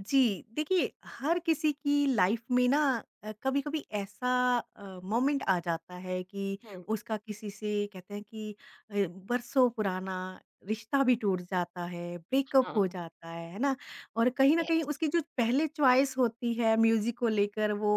जी, देखिए हर किसी की लाइफ में ना कभी-कभी ऐसा मोमेंट आ जाता है कि हुँ, उसका किसी से कहते हैं कि अ, बरसों पुराना रिश्ता भी टूट जाता है, ब्रेकअप हो हाँ, जाता है ना? और कहीं न कहीं यस, उसकी जो पहले चॉइस होती है म्यूज़िक को लेकर वो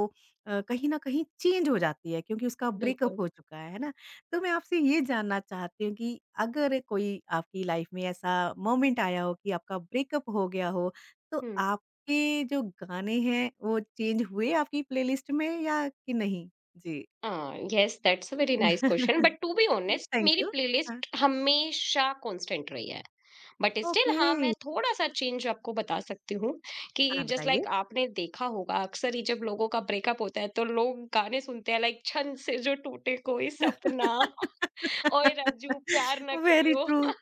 कहीं न कहीं चेंज हो जाती है क्योंकि उसका ब्रेकअप बिल्कुल। हो चुका है ना? तो मैं आपसे ये जानना चाहती हूँ कि अगर कोई आपकी लाइफ में ऐसा मोमेंट आया हो कि आपका ब्रेकअप हो गया हो, तो हुँ, आप के जो गाने हैं वो चेंज हुए आपकी प्लेलिस्ट में या कि नहीं? जी। हाँ, yes that's a very nice question but to be honest thank मेरी यू। हाँ, प्लेलिस्ट हमेशा कांस्टेंट रही है। But still okay. हाँ, मैं थोड़ा-सा चेंज आपको बता सकती हूँ कि हाँ, जस्ट बताइए। लाइक आपने देखा होगा अक्सर ही जब लोगों का ब्रेकअप होता है तो लोग गाने सुनते हैं लाइक छन से जो टूटे कोई सपना। ओए राजू प्यार ना वेरी करियो ट्रू,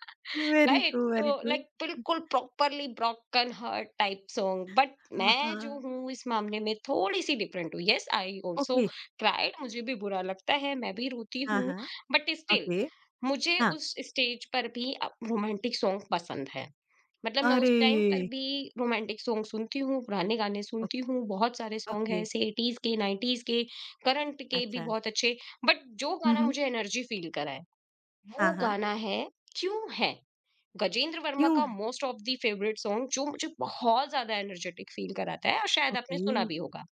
वेरी राइट ट्रू, तो वेरी ट्रू। लाइक बिल्कुल properly broken heart type song but हाँ, मैं जो हाँ। हूँ इस मामले में थोड़ी सी डिफरेंट हूँ। Yes I also okay. Cried, मुझे भी बुरा लगता है, मैं भी रोती हाँ, हूँ हाँ। But still okay. मुझे हाँ। उस स्टेज पर भी रोमांटिक सॉन्ग पसंद है। मतलब मैं उस अरे! टाइम पर भी रोमांटिक सॉन्ग सुनती हूँ, पुराने गाने ओ सुनती हूँ। बहुत सारे सॉन्ग ओके। हैं ऐसे, एटीज के, नाइन्टीज के, करंट के भी अच्छा। बहुत अच्छे। बट जो हुँ, गाना हुँ। मुझे एनर्जी फील कराए वो हाँ, हाँ। गाना है क्यों है, गजेंद्र वर्मा क्यों का है? Most of the favourite song, जो मुझे बहुत ज्यादा एनर्जेटिक फील कराता है और शायद आपने ओके, सुना भी होगा।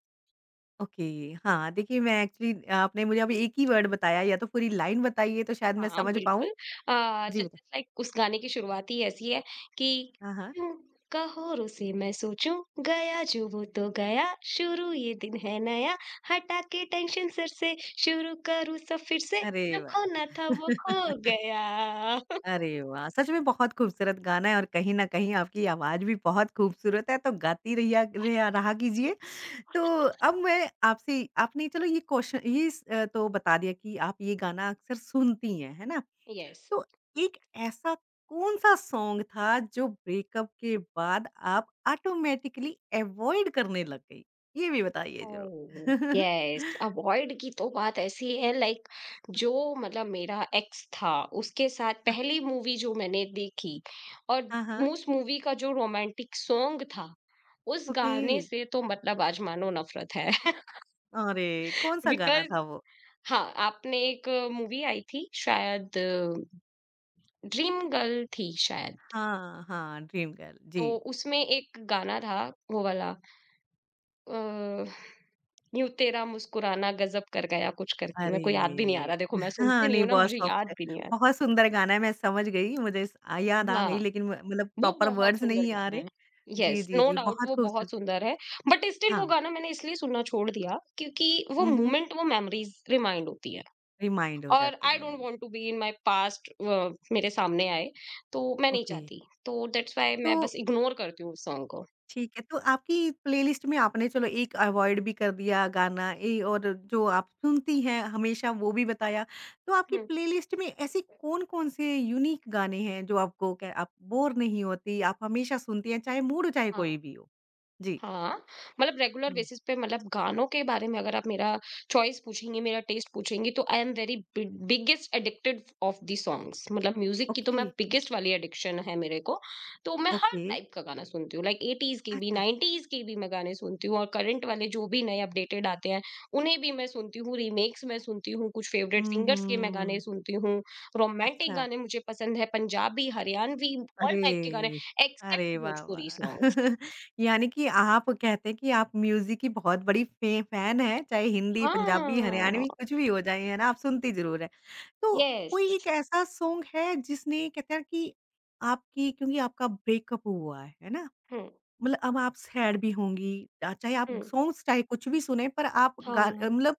ओके। हाँ, देखिए मैं एक्चुअली आपने मुझे अभी एक ही वर्ड बताया या तो पूरी लाइन बताइए तो शायद मैं हाँ समझ बिल्कुल। पाऊँ। जी। जस्ट लाइक उस गाने की शुरुआत ही ऐसी है कि हाँ, हाँ। क्यों कहोरों से मैं सोचूं, गया जो वो तो गया, शुरू ये दिन है नया, हटा के टेंशन सर से, शुरू करूं सब फिर से, अरे जो वाह! खोना था वो खो गया। अरे वाह! सच में बहुत खूबसूरत गाना है और कहीं न कहीं आपकी आवाज़ भी बहुत खूबसूरत है, तो गाती रहिया रहिया रहा कीजिए। तो अब मैं आपसे आपने चलो ये क्वेश्चन ये स तो बता दिया कि आप ये गाना अक्सर सुनती हैं, है ना? यस। तो एक ऐसा कौन-सा सॉन्ग था जो ब्रेकअप के बाद आप ऑटोमैटिकली अवॉइड करने लग गई? ये भी बताइए ज़रूर। ओह! यस, अवॉइड की तो बात ऐसी है लाइक जो मतलब मेरा एक्स था, उसके साथ हाँ, पहली मूवी जो मैंने देखी और हाँ, हाँ। उस मूवी का जो रोमांटिक सॉन्ग था, उस ओके। गाने से तो मतलब आज मानो नफ़रत है। अरे! कौन-सा गाना बिकॉज़ था वो? हाँ, आपने एक मूवी आई थी शायद, ड्रीम गर्ल थी शायद, हाँ, हाँ, ड्रीम गर्ल, तो जी। उसमें एक गाना था, वो वाला अ यूँ तेरा मुस्कुराना गज़ब कर गया कुछ करके, मेरे को याद भी नहीं आ अरे! रहा, देखो मैं सुनती हाँ, नहीं नहीं हूँ ना बहुत मुझे सॉफ्ट याद है। भी नहीं आ बहुत सुंदर गाना है, मैं समझ गई, मुझे इस याद रहा। आ गई हाँ, लेकिन म मतलब वो प्रॉपर बहुत वर्ड्स सुंदर नहीं आ गाना रहे। है। जी, येस, जी, नो जी, डाउट बहुत वो खूबसूरत बहुत सुंदर है, बट स्टिल हाँ। वो गाना मैंने इसलिए सुनना छोड़ दिया क्योंकि वो हुँ, हुँ, मोमेंट, वो मेमोरीज़ रिमाइंड होती है। रिमाइंड हो और जाती आई डोंट हैं। Want to be in my past, मेरे सामने आए, तो मैं नहीं ओके, चाहती। तो दैट्स व्हाई मैं तो बस इग्नोर करती हूँ उस सॉन्ग को। ठीक है, तो आपकी प्लेलिस्ट में आपने चलो एक अवॉइड भी कर दिया गाना ए और जो आप सुनती हैं हमेशा वो भी बताया। तो आपकी हुँ। प्लेलिस्ट में ऐसे कौन-कौन से यूनिक गाने हैं जो आपको क्या आप बोर नहीं होती, आप हमेशा सुनती हैं चाहे मूड हो चाहे कोई हाँ। भी हो? जी। हाँ, मतलब रेगुलर हुँ। बेसिस पे, मतलब गानों के बारे में अगर आप मेरा चॉइस पूछेंगी, मेरा टेस्ट पूछेंगी, तो I am very big biggest addicted of the songs. मतलब म्यूजिक की तो ओके, मैं बिगेस्ट वाली एडिक्शन है मेरे को। तो मैं हर ओके। टाइप का गाना सुनती हूँ लाइक 80s के भी, अच्छा। 90s के भी मैं गाने सुनती हूँ। और करंट वाले जो भी नए अपडेटेड आते हैं, उन्हें भी मैं सुनती हूँ, रीमेक्स मैं सुनती हूँ, कुछ फेवरेट हुँ, सिंगर्स के मैं गाने हुँ। सुनती हूँ, रोमांटिक अच्छा। गाने मुझे पसंद है, पंजाबी, हरियाणवी, ऑल टाइप के गाने अरे! अरे एक्सेप्ट वाह, भोजपुरी वाह! सॉन्ग्स। यानी कि आप कहते हैं कि आप म्यूज़िक की बहुत बड़ी फे फैन हैं, चाहे हिंदी, पंजाबी, हाँ। हरियाणवी कुछ भी हो जाए, है ना? आप सुनती ज़रूर हैं। तो Yes. कोई एक ऐसा सॉन्ग है जिसने कहते हैं कि आपकी क्योंकि आपका ब्रेकअप हुआ है ना? Hmm. मतलब अब आप सैड भी होंगी चाहे आप Hmm. सॉन्ग्स चाहे कुछ भी सुने पर आप गा Huh. मतलब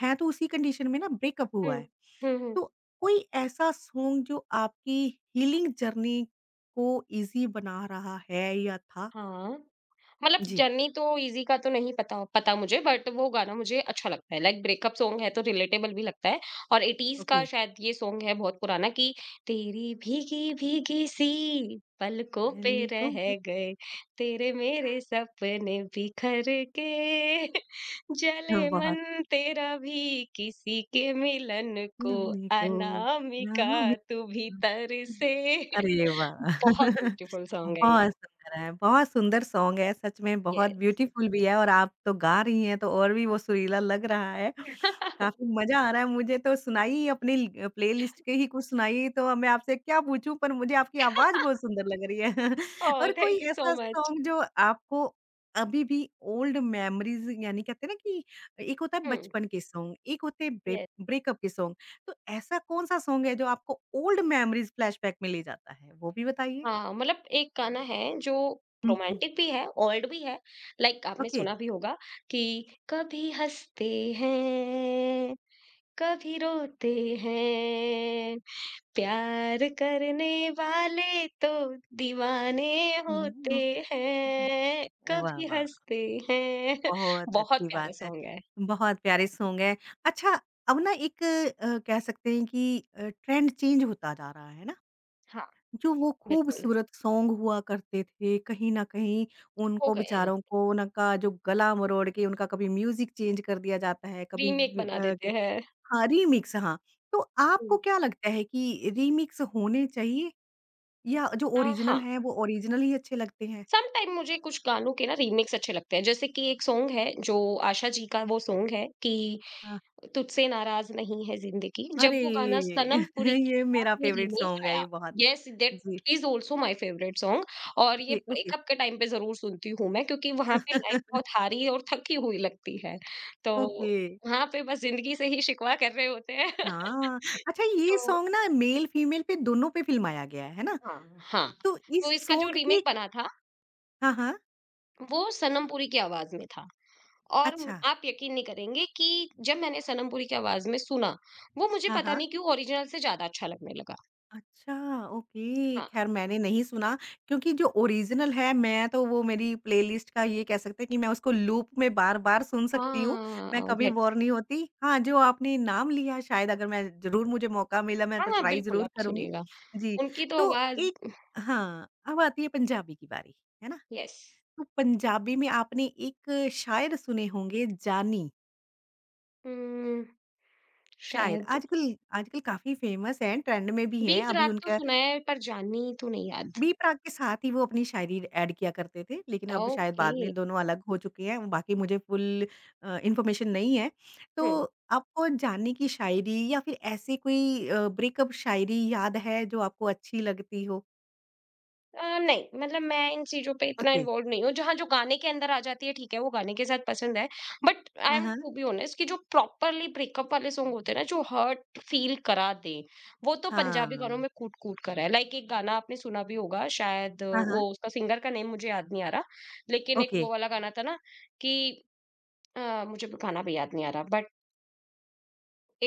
हैं तो उसी कंडीशन में ना ब्रेकअप हुआ Hmm. है। Hmm. तो कोई ऐसा सॉन्ग जो आपकी हीलिंग जर्नी को इजी बना रहा है या था? Huh. मतलब जी। जर्नी तो इजी का तो नहीं पता पता मुझे, बट वो गाना मुझे अच्छा लगता है लाइक ब्रेकअप सॉन्ग है तो रिलेटेबल भी लगता है। और 80s का ओके शायद ये सॉन्ग है, बहुत पुराना कि तेरी भीगी भीगी सी पलकों पे मालिकों के रह गए, तेरे मेरे सपने बिखर के जले वहाँ मन तेरा भी किसी के मिलन को, लाने को ना अनामिका मिला तू भी तरसे। अरे वाह! बहुत ब्यूटीफुल सॉन्ग है ये। बहुत सुंदर है, बहुत सुंदर सॉन्ग है, सच में बहुत यस। ब्यूटीफुल भी है और आप तो गा रही हैं, तो और भी वो सुरीला लग रहा है। काफ़ी मज़ा आ रहा है मुझे तो सुनाइए अपनी ल प्लेलिस्ट के ही कुछ सुनाइए, तो अब मैं आपसे क्या पूछूँ, पर मुझे आपकी आवाज़ बहुत सुंदर लग रही है। ओह! और कोई थैंक यू सो ऐसा मच। सॉन्ग जो आपको अभी भी ओल्ड मेमोरीज़ यानी कहते हैं ना कि एक होता है हुँ, बचपन के सॉन्ग, एक होते हैं ब्रेक येस। ब्रेकअप के सॉन्ग। तो ऐसा कौन-सा सॉन्ग है जो आपको ओल्ड मेमोरीज़ फ्लैशबैक में ले जाता है? वो भी बताइए। हाँ, मतलब एक गाना है जो हुँ, हुँ। रोमांटिक भी है, ओल्ड भी है, लाइक, आपने ओके। सुना भी होगा कि कभी हँसते हैं, कभी रोते हैं, प्यार करने वाले तो दीवाने होते हुँ। हैं, वाह, कभी वाह! हँसते हैं। बहुत बहुत अच्छी प्यारा बात है। सॉन्ग है। बहुत प्यारे सॉन्ग है। अच्छा, अब ना एक कह सकते हैं कि ट्रेंड चेंज होता जा रहा है ना? हाँ, जो वो बिल्कुल, खूबसूरत सॉन्ग हुआ करते थे, कहीं न कहीं हो उनको गए हैं, बेचारों को उनका जो गला मरोड़ के उनका कभी म्यूज़िक चेंज कर दिया जाता है, कभी रीमेक व बना देते हैं। हाँ, रीमिक्स हाँ। तो आपको हुँ। क्या लगता है कि रीमिक्स होने चाहिए या जो ओरिजिनल हाँ। हैं वो ओरिजिनल ही अच्छे लगते हैं? समटाइम मुझे कुछ गानों के ना रीमेक्स अच्छे लगते हैं। जैसे कि एक सॉन्ग है जो आशा जी का वो सॉन्ग है कि हाँ। तुझसे नाराज़ नहीं है ज़िंदगी। अरे! जब वो गाना सनम पुरी की ये आवाज़ मेरा में फ़ेवरेट रीमेक सॉन्ग है आया, ये बहुत। येस दैट जी। Is also my favourite song. और ये ओके, ओके। ब्रेकअप के टाइम पे ज़रूर सुनती हूँ मैं क्योंकि वहाँ पे लाइफ़ बहुत हारी और थकी हुई लगती है। तो ओके। वहाँ पे बस ज़िंदगी से ही शिकवा कर रहे होते हैं। हाँ। अच्छा ये तो सॉन्ग ना मेल फीमेल पे दोनों पे फ़िल्माया गया है ना? हाँ, हाँ। तो इस तो इसका जो सॉन्ग की रीमेक बना था हाँ, हाँ। वो सनम पुरी की आवाज़ में था। और म अच्छा। आप यकीन नहीं करेंगे कि जब मैंने सनम पुरी की आवाज़ में सुना, वो मुझे हाँ, पता हाँ। नहीं क्यों ओरिजिनल से ज़्यादा अच्छा लगने लगा। अच्छा, ओके। हाँ। ख़ैर मैंने नहीं सुना क्योंकि जो ओरिजिनल है मैं तो वो मेरी प्लेलिस्ट का ये कह सकते हैं कि मैं उसको लूप में बार-बार सुन सकती हूँ, मैं हाँ, कभी दैट्स बोर नहीं होती। हाँ, जो आपने नाम लिया शायद अगर मैं ज़रूर मुझे मौका मिला मैं हाँ, तो हाँ, ट्राई बिल्कुल ज़रूर आप करूँगी। सुनिएगा। जी, उनकी तो तो आवाज़। एक हाँ, अब आती है पंजाबी की बारी, है ना? यस। तो पंजाबी में आपने एक शायर सुने होंगे जानी हुँ, शायद शायद, आजकल आजकल काफ़ी फ़ेमस हैं, ट्रेंड में भी हैं, बीत अभी रात तो उनका सुना है पर जानी तो नहीं याद। बी प्राक के साथ ही वो अपनी शायरी ऐड किया करते थे, लेकिन अब शायद ओके। बाद में दोनों अलग हो चुके हैं, बाकी मुझे फुल इन्फॉर्मेशन नहीं है। हुँ। तो आपको जानी की शायरी या फिर ऐसी कोई ब्रेकअप शायरी याद है जो आपको अच्छी लगती हो? नहीं, मतलब मैं इन चीज़ों पे इतना ओके। इन्वॉल्व नहीं हूँ, जहाँ जो गाने के अंदर आ जाती है ठीक है, वो गाने के साथ पसंद है। बट आई हाँ, एम हाँ। टू बी ऑनेस्ट कि जो प्रॉपरली ब्रेकअप वाले सॉन्ग होते हैं ना, जो हर्ट फील करा दें, वो तो पंजाबी गानों हाँ। में कूट-कूट कर है। लाइक एक गाना आपने सुना भी होगा शायद, हाँ, हाँ। वो उसका सिंगर का नेम मुझे याद नहीं आ रहा, लेकिन एक ओके। वो वाला गाना था ना कि मुझे गाना भी याद नहीं आ रहा बट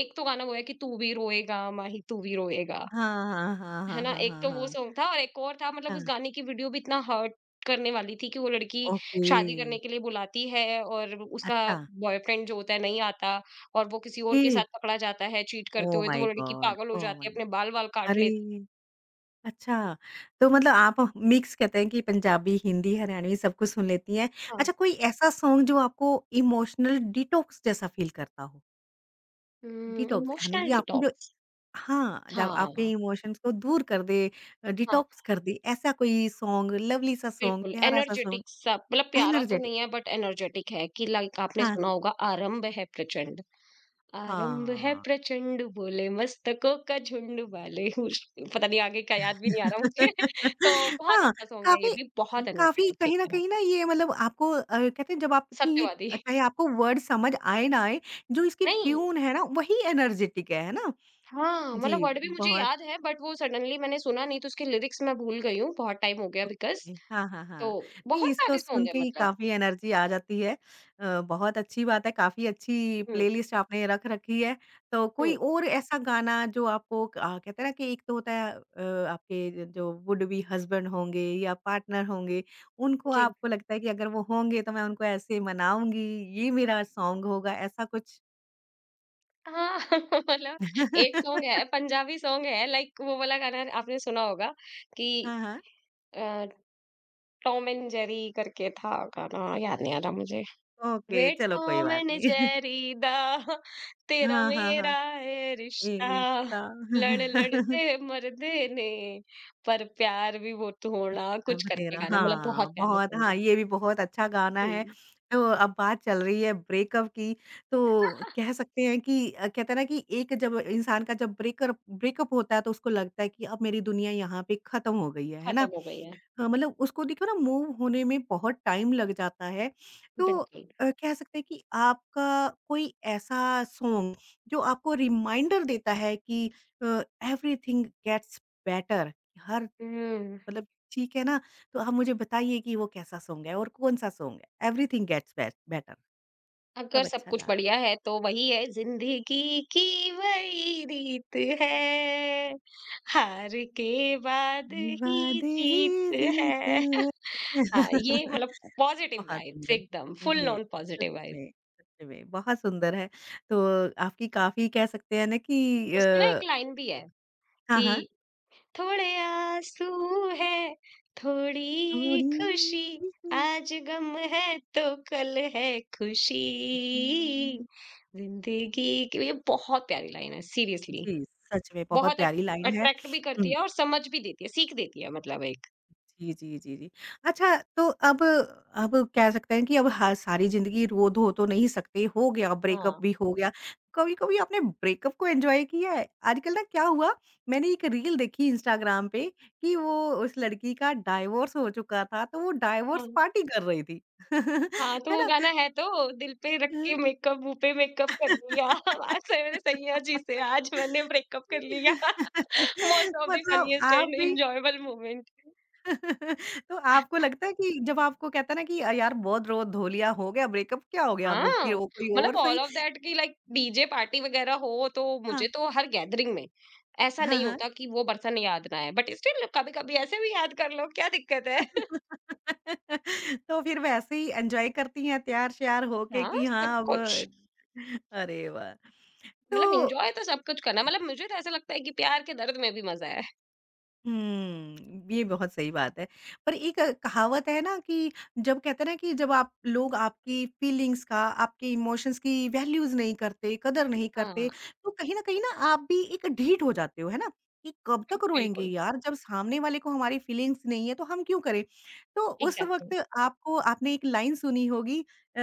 एक तो गाना वो है कि तू भी रोएगा माही, तू भी रोएगा। हाँ, हाँ, हाँ, है हाँ, ना? हाँ, एक हाँ, तो वो हाँ। सॉन्ग था और एक और था, मतलब हाँ, उस गाने की वीडियो भी इतना हर्ट करने वाली थी कि वो लड़की ओके। शादी करने के लिए बुलाती है और उसका अच्छा, बॉयफ्रेंड जो होता है नहीं आता और वो किसी और ओके। के साथ पकड़ा जाता है चीट करते ओह हुए, तो माय वो लड़की गॉड! पागल हो ओह माय जाती है, गॉड! अपने बाल-वाल काट लेती है। अरे! अच्छा, तो मतलब आप मिक्स कहते हैं कि पंजाबी, हिंदी, हरियाणवी सब कुछ सुन लेती हैं। हाँ। अच्छा कोई ऐसा सॉन्ग जो आपको इमोशनल डिटॉक्स जैसा फ़ील करता हो? हुँ, डिटॉक्स यानी कि इमोशनल आपकी जो डिटॉक्स। हाँ, जब हाँ, आपके इमोशंस को दूर कर दे हाँ, डिटॉक्स कर दे, ऐसा कोई सॉन्ग लवली सा सॉन्ग, बिल्कुल प्यारा सा सॉन्ग, एनर्जेटिक सा, मतलब प्यारा तो एनर्जेटिक नहीं है बट एनर्जेटिक है कि लाइक आपने हाँ, सुना होगा आरंभ है प्रचंड। आरंभ है हाँ। प्रचंड बोले मस्तकों का झुंड वाले उस पता नहीं आगे का याद भी नहीं आ रहा मुझे। तो बहुत हाँ, अच्छा सॉन्ग है ये काफ़ी भी, बहुत काफ़ी एनर्जेटिक फील कहीं न कहीं कराता ना है। ये मतलब आपको कहते हैं जब आपकी ये सत्यवादी चाहे आपको वर्ड समझ आए ना आए, जो इसकी नहीं, ट्यून है ना वही एनर्जेटिक है ना? हाँ मतलब जी, वर्ड भी मुझे बहुत याद है बट वो सडनली मैंने सुना नहीं तो उसके लिरिक्स मैं भूल गई हूँ, बहुत टाइम हो गया बिकॉज ओके, हाँ, हाँ, तो हाँ। नहीं बहुत इसको सारे सुन सॉन्ग है के ही मतलब। काफ़ी एनर्जी आ जाती है। बहुत अच्छी बात है, काफ़ी अच्छी हम्म। प्लेलिस्ट आपने रख रखी है। तो कोई हम्म। और ऐसा गाना जो आपको क कहते हैं ना कि एक तो होता है आपके जो वुड बी हस्बैंड होंगे या पार्टनर होंगे, उनको जी। आपको लगता है कि अगर वो होंगे तो मैं उनको ऐसे मनाऊँगी, ये मेरा सॉन्ग होगा, ऐसा कुछ? हाँ। मतलब एक सॉन्ग है, पंजाबी सॉन्ग है लाइक वो वाला गाना आपने सुना होगा कि हाँ, हाँ। अ, टॉम एंड जेरी करके था गाना, याद नहीं आ रहा मुझे। ओके, वे चलो कोई टॉम बात एंड नहीं। जेरी दा, तेरा हाँ, हाँ, हाँ। मेरा है ये रिश्ता, रिश्ता। लड़ लड़ते मर देने, पर प्यार भी वो थोड़ा कुछ सब करके तेरा गाना, मतलब बहुत हाँ, प्यारा बहुत सॉन्ग हाँ, है। ये भी बहुत अच्छा गाना है। हुँ, तो अब बात चल रही है ब्रेकअप की, तो कह सकते हैं कि कहते हैं ना कि एक जब इंसान का जब ब्रेकर ब्रेकअप होता है तो उसको लगता है कि अब मेरी दुनिया यहाँ पे ख़त्म हो गई है ना? खत्म हो गई है, मतलब उसको देखो ना मूव होने में बहुत टाइम लग जाता है। तो बिल्कुल। कह सकते हैं कि आपका कोई ऐसा सॉन्ग जो आपको रिमाइंडर देता है कि अ, एवरीथिंग गेट्स बेटर हर हुँ। मतलब ठीक है ना, तो आप मुझे बताइए कि वो कैसा सॉन्ग है और कौन-सा सॉन्ग है? एवरीथिंग गेट्स बेट बेटर अगर सब सब अच्छा कुछ जा रहा है। बढ़िया है तो वही है जिंदगी की वही रीत है, हार के बाद ही वादे ही जीत जीते है। हैं। हाँ ये मतलब पॉजिटिव बहुत वाइब्स सुंदर। एकदम फुल जी, नॉन सच पॉजिटिव वाइब। में, सच में बहुत सुंदर है। तो आपकी काफ़ी कह सकते हैं ना कि उसमें ना अ, एक लाइन भी है हाँ, कि हाँ। थोड़े आंसू है थोड़ी थोड़ी खुशी, सी- आज गम है तो कल है खुशी, जिंदगी की, ये बहुत प्यारी लाइन है सीरियसली। जी, सच में बहुत बहुत अट प्यारी लाइन है। अट्रैक्ट भी हुँ। करती है और समझ भी देती है, सीख देती है मतलब एक। जी, जी, जी, जी। अच्छा तो अब कह सकते हैं कि अब ह सारी ज़िंदगी रो-धो तो नहीं सकते, हो गया ब्रेकअप हाँ। भी हो गया। कभी-कभी आपने ब्रेकअप को एन्जॉय किया है? आजकल ना क्या हुआ मैंने एक रील देखी इंस्टाग्राम पे कि वो उस लड़की का डाइवोर्स हो चुका था, तो वो डाइवोर्स हाँ, पार्टी कर रही थी। हाँ, तो है वो ना? गाना है तो दिल पे रख के मेकअप, मुँह पे मेकअप कर लिया, आज सवेरे सैया जी से हाँ। आज मैंने ब्रेकअप कर लिया। मोस्ट ऑफ द मतलब फनीएस्ट आप एंड भी एन्जॉयबल मोमेंट। तो आपको लगता है कि जब आपको कहता है ना कि यार बहुत रो धो लिया, हो गया ब्रेकअप, क्या हो गया अब हाँ, फिर वो कोई मतलब और ऑल सही" ऑफ दैट कि लाइक डीजे पार्टी वगैरह हो तो हाँ, मुझे तो हर गैदरिंग में ऐसा हाँ, नहीं हाँ। होता कि वो बर्सन याद ना आए, बट स्टिल कभी-कभी ऐसे भी याद कर लो, क्या दिक्कत है? तो फिर वैसे ही एन्जॉय करती हैं तैयार-श्यार होके हाँ, कि हाँ सब अब कुछ। अरे वाह! मतलब तो एन्जॉय तो सब कुछ करना है, मतलब मुझे तो ऐसा लगता है कि प्यार के दर्द में भी मज़ा है। हुँ, ये बहुत सही बात है। पर एक कहावत है ना कि जब कहते हैं ना कि जब आप लोग आपकी फीलिंग्स का, आपके इमोशंस की वैल्यूज़ नहीं करते, कदर नहीं हाँ, करते, तो कहीं न कहीं ना आप भी एक ढीठ हो जाते हो, है ना? कि कब तक रोएँगे बिल्कुल, यार, जब सामने वाले को हमारी फीलिंग्स नहीं है तो हम क्यों करें? तो उस वक़्त एग्ज़ैक्टली। आपको आपने एक लाइन सुनी होगी अ,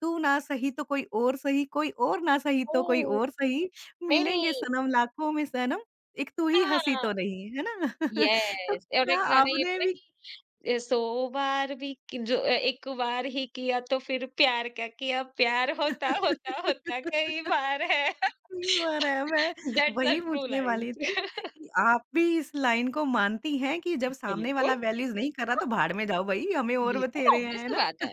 "तू ना सही तो कोई और सही, कोई और ना सही तो कोई ओह! और सही, नहीं, मिलेंगे नहीं। सनम लाखों में सनम।" एक तू ही हँसी हाँ, तो नहीं, है ना? तो यस और क्या एक गाना ये आपने भी ना भी कि 100 बार भी कि जो एक बार ही किया तो फिर प्यार क्या किया, प्यार होता होता होता कई बार है। सही बात है, मैं दैट्स अ वही ट्रू पूछने वाली थी लाइन्स। कि आप भी इस लाइन को मानती हैं कि जब सामने वाला बिल्कुल। वैल्यूज़ नहीं कर रहा तो भाड़ में जाओ भई, हमें और बिल्कुल, बथेरे हैं, ऑब्वियस है सी ना? बात है।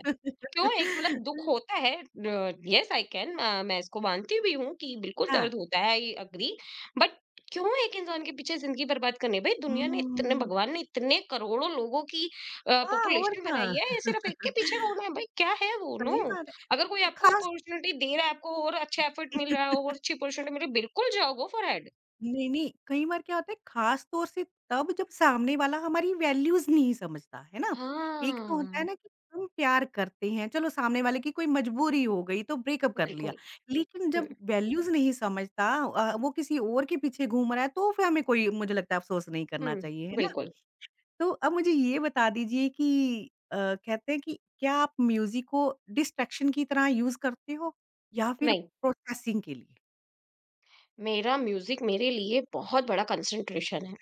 क्यों एक मतलब दुःख होता है, येस आई कैन, मैं इसको मानती भी हूँ कि बिल्कुल हाँ। दर्द होता है, आई एग्री बट क्यों एक इंसान के पीछे ज़िंदगी बर्बाद करनी है? भई दुनिया ने इतने, हुँ। भगवान ने इतने करोड़ों लोगों की हाँ, और पॉपुलेशन बनाई क्या? है, ये सिर्फ़ एक के पीछे रोना है, भई क्या है वो? सही नो, बात अगर कोई है। आपको खास अपॉर्च्युनिटी दे रहा है, आपको और अच्छा एफर्ट मिल रहा है और अच्छी अपॉर्च्युनिटी मिल रही है, बिल्कुल जाओ, गो फॉर इट। नहीं, नहीं, कई बार क्या होता है ख़ास तौर से तब जब सामने वाला हमारी वैल्यूज़ नहीं समझता, है ना? एक तो होता है हाँ, ना कि हम प्यार करते हैं, चलो सामने वाले की कोई मजबूरी हो गई तो ब्रेकअप कर लिया। बिल्कुल। लेकिन जब हुँ, वैल्यूज़ नहीं समझता वो किसी और के पीछे घूम रहा है तो फिर हमें कोई मुझे लगता है अफ़सोस नहीं करना हुँ, चाहिए, है ना? बिल्कुल, तो अब मुझे ये बता दीजिए कि कहते हैं कि क्या आप म्यूज़िक को डिस्ट्रैक्शन की तरह यूज़ करते हो या फिर नहीं। प्रोसेसिंग के लिए? मेरा म्यूज़िक मेरे लिए बहुत बड़ा कंसंट्रेशन है,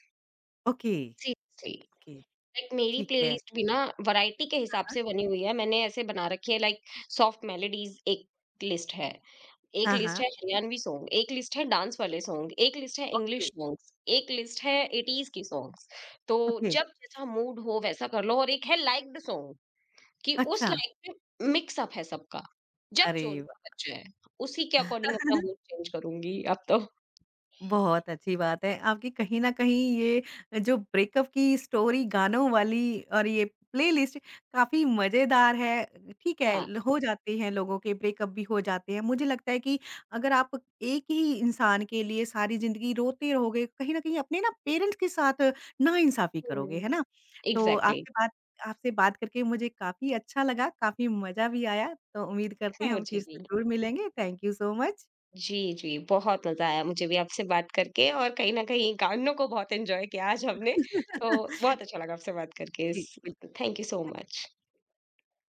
ओके, सीरियसली। ओके, लाइक मेरी ठीक है। प्लेलिस्ट भी ना वैरायटी के हिसाब से बनी हुई है, मैंने ऐसे बना रखी है लाइक सॉफ्ट मेलोडीज़ लिस्ट है, एक हाँ, लिस्ट हाँ। है हरियाणवी सॉन्ग, एक लिस्ट है डांस वाले सॉन्ग, एक लिस्ट है ओके, इंग्लिश सॉन्ग्स, एक लिस्ट है ओके। 80s की सॉन्ग्स। तो ओके, जब जैसा मूड हो वैसा कर लो और एक है लाइक्ड सॉन्ग कि उस अच्छा, लाइक में मिक्स अप है सबका, जब अरे जो वाह! बच जाए, उसी के अकॉर्डिंग अपना मूड चेंज करूँगी अब तो। बहुत अच्छी बात है। आपकी कहीं न कहीं ये जो ब्रेकअप की स्टोरी गानों वाली और ये प्लेलिस्ट काफ़ी मज़ेदार है। ठीक है, हाँ, ल हो जाते हैं लोगों के ब्रेकअप भी हो जाते हैं। मुझे लगता है कि अगर आप एक ही इंसान के लिए सारी ज़िंदगी रोते रहोगे, कहीं न कहीं अपने ना पेरेंट्स के साथ नाइंसाफ़ी करोगे, हुँ, है ना? तो एग्ज़ैक्टली। आपसे बात करके मुझे काफ़ी अच्छा लगा, काफ़ी मज़ा भी आया। तो उम्मीद करते हैं हम मुझे फिर से भी। ज़रूर मिलेंगे। Thank you so much. जी, जी, बहुत मज़ा आया मुझे भी आपसे बात करके और कहीं न कहीं गानों को बहुत एन्जॉय किया आज हमने, तो बहुत अच्छा लगा आपसे बात करके इस जी, बिल्कुल। Thank you so much.